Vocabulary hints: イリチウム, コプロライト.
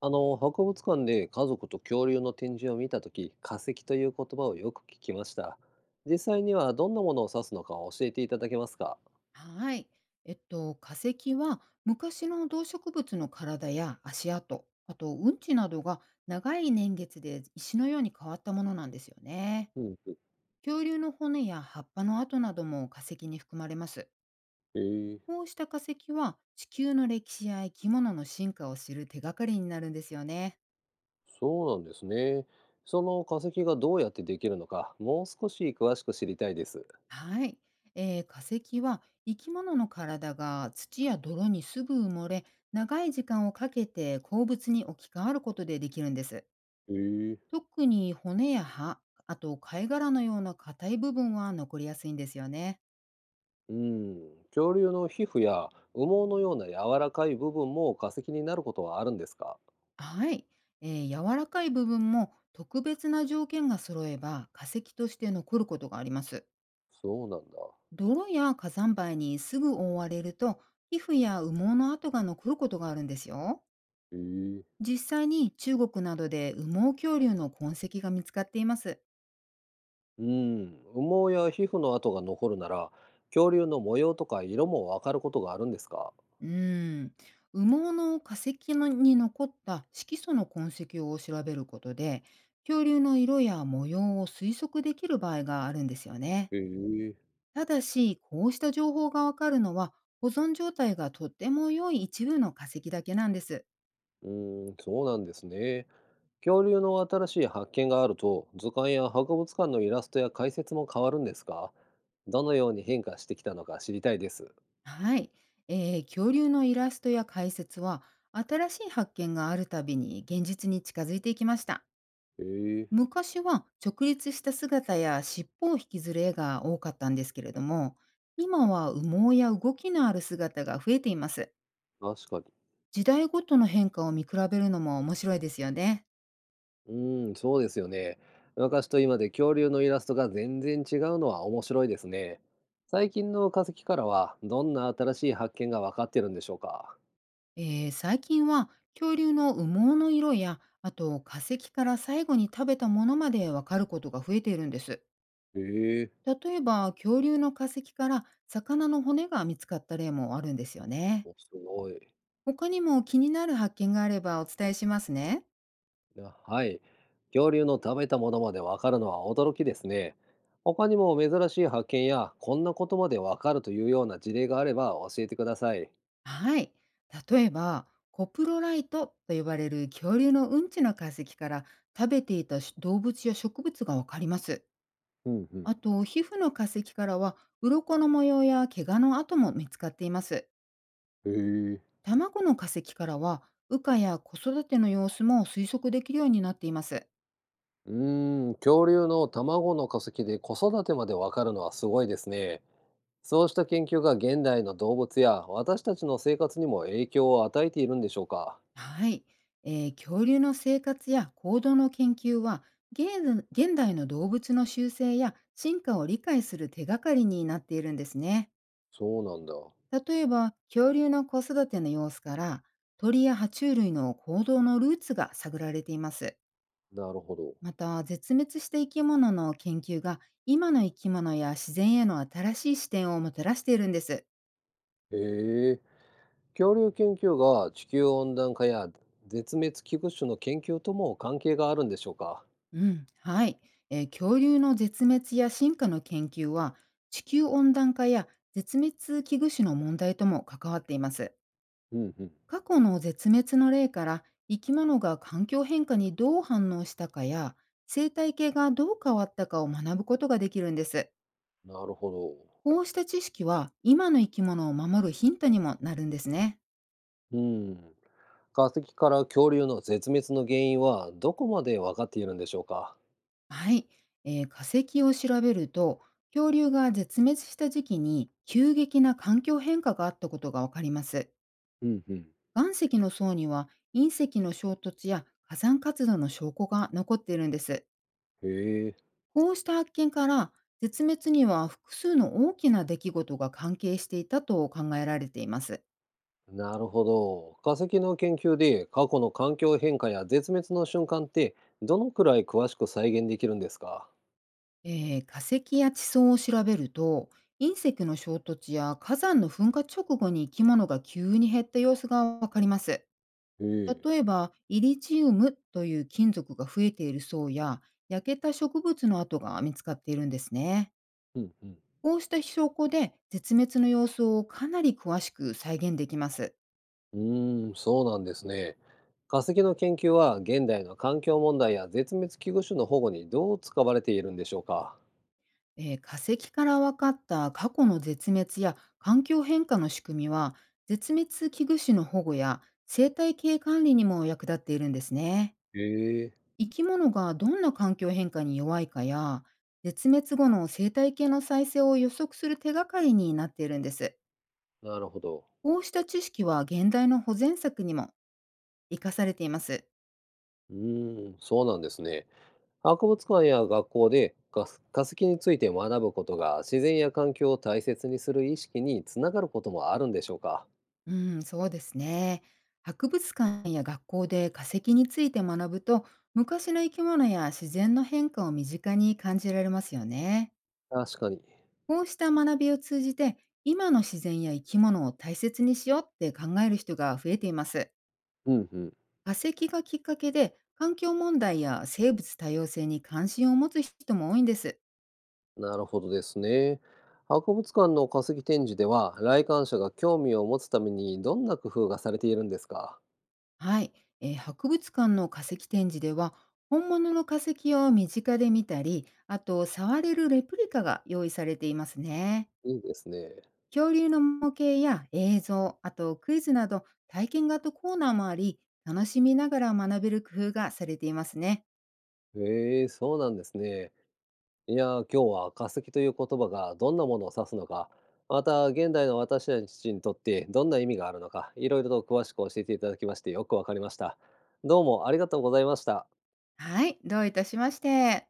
あの博物館で家族と恐竜の展示を見た時、化石という言葉をよく聞きました。実際にはどんなものを指すのか教えていただけますか？はい。化石は昔の動植物の体や足跡、あとうんちなどが、長い年月で石のように変わったものなんですよね。うんうん。恐竜の骨や葉っぱの跡なども化石に含まれます。へえ。こうした化石は地球の歴史や生き物の進化を知る手がかりになるんですよね。そうなんですね。その化石がどうやってできるのか、もう少し詳しく知りたいです。はい。化石は生き物の体が土や泥にすぐ埋もれ、長い時間をかけて鉱物に置き換わることでできるんです。へえ。特に骨や歯、あと貝殻のような硬い部分は残りやすいんですよね。うん、恐竜の皮膚や羽毛のような柔らかい部分も化石になることはあるんですか？はい。柔らかい部分も特別な条件が揃えば化石として残ることがあります。そうなんだ。泥や火山灰にすぐ覆われると、皮膚や羽毛の跡が残ることがあるんですよ。へえ。実際に中国などで羽毛恐竜の痕跡が見つかっています。うん、羽毛や皮膚の跡が残るなら、恐竜の模様とか色もわかることがあるんですか？うーん、羽毛の化石のに残った色素の痕跡を調べることで、恐竜の色や模様を推測できる場合があるんですよね。へえ、ただし、こうした情報がわかるのは、保存状態がとっても良い一部の化石だけなんです。うーん、そうなんですね。恐竜の新しい発見があると、図鑑や博物館のイラストや解説も変わるんですか？どのように変化してきたのか知りたいです。はい。恐竜のイラストや解説は、新しい発見があるたびに現実に近づいていきました。へえ、昔は直立した姿や尻尾を引きずる絵が多かったんですけれども、今は羽毛や動きのある姿が増えています。確かに。時代ごとの変化を見比べるのも面白いですよね。うーん、そうですよね。昔と今で恐竜のイラストが全然違うのは面白いですね。最近の化石からは、どんな新しい発見が分かってるんでしょうか？最近は、恐竜の羽毛の色や、あと化石から最後に食べたものまでわかることが増えているんです。ええ。例えば、恐竜の化石から魚の骨が見つかった例もあるんですよね。お、すごい。他にも気になる発見があればお伝えしますね。な、はい。恐竜の食べたものまでわかるのは驚きですね。他にも珍しい発見やこんなことまでわかるというような事例があれば教えてください。はい。例えば、コプロライトと呼ばれる恐竜のうんちの化石から、食べていたし動物や植物がわかります。うんうん。あと、皮膚の化石からは、鱗の模様や怪我の跡も見つかっています。へえ。卵の化石からは、羽化や子育ての様子も推測できるようになっています。うーん、恐竜の卵の化石で子育てまでわかるのはすごいですね。そうした研究が現代の動物や私たちの生活にも影響を与えているんでしょうか。はい。恐竜の生活や行動の研究は、現代の動物の習性や進化を理解する手がかりになっているんですね。そうなんだ。例えば、恐竜の子育ての様子から、鳥や爬虫類の行動のルーツが探られています。なるほど。また、絶滅した生き物の研究が今の生き物や自然への新しい視点をもたらしているんです。へえ。恐竜研究が地球温暖化や絶滅危惧種の研究とも関係があるんでしょうか？うん、はい。恐竜の絶滅や進化の研究は、地球温暖化や絶滅危惧種の問題とも関わっています。うんうん。過去の絶滅の例から、生き物が環境変化にどう反応したかや、生態系がどう変わったかを学ぶことができるんです。なるほこうした知識は今の生き物を守るヒントにもなるんですね。ど。うん。化石から恐竜の絶滅の原因はどこまで分かっているんでしょうか？はい。化石を調べると、恐竜が絶滅した時期に急激な環境変化があったことがわかります。うんうん。岩石の層には、隕石の衝突や火山活動の証拠が残っているんです。へえ。こうした発見から、絶滅には複数の大きな出来事が関係していたと考えられています。なるほど。化石の研究で過去の環境変化や絶滅の瞬間って、どのくらい詳しく再現できるんですか？化石や地層を調べると、隕石の衝突や火山の噴火直後に生き物が急に減った様子がわかります。へえ。例えば、イリチウムという金属が増えている層や、焼けた植物の跡が見つかっているんですね。うんうん。こうした証拠で、絶滅の様子をかなり詳しく再現できます。うーん、そうなんですね。化石の研究は現代の環境問題や絶滅危惧種の保護にどう使われているんでしょうか？化石から分かった過去の絶滅や環境変化の仕組みは、絶滅危惧種の保護や生態系管理にも役立っているんですね。へえ、生き物がどんな環境変化に弱いかや、絶滅後の生態系の再生を予測する手がかりになっているんです。なるほど。こうした知識は現代の保全策にも生かされています。うーん、そうなんですね。博物館や学校で化す化石について学ぶことが、自然や環境を大切にする意識につながることもあるんでしょうか？うん、そうですね。博物館や学校で化石について学ぶと、昔の生き物や自然の変化を身近に感じられますよね。確かに。こうした学びを通じて、今の自然や生き物を大切にしようって考える人が増えています。うんうん。化石がきっかけで、環境問題や生物多様性に関心を持つ人も多いんです。なるほどですね。博物館の化石展示では、来館者が興味を持つためにどんな工夫がされているんですか？はい。博物館の化石展示では、本物の化石を身近で見たり、あと触れるレプリカが用意されていますね。いいですね。恐竜の模型や映像、あとクイズなど体験型コーナーもあり、楽しみながら学べる工夫がされていますね。へえ、そうなんですね。いやー、今日は化石という言葉がどんなものを指すのか、また現代の私たちにとってどんな意味があるのか、いろいろと詳しく教えていただきましてよくわかりました。どうもありがとうございました。はい、どういたしまして。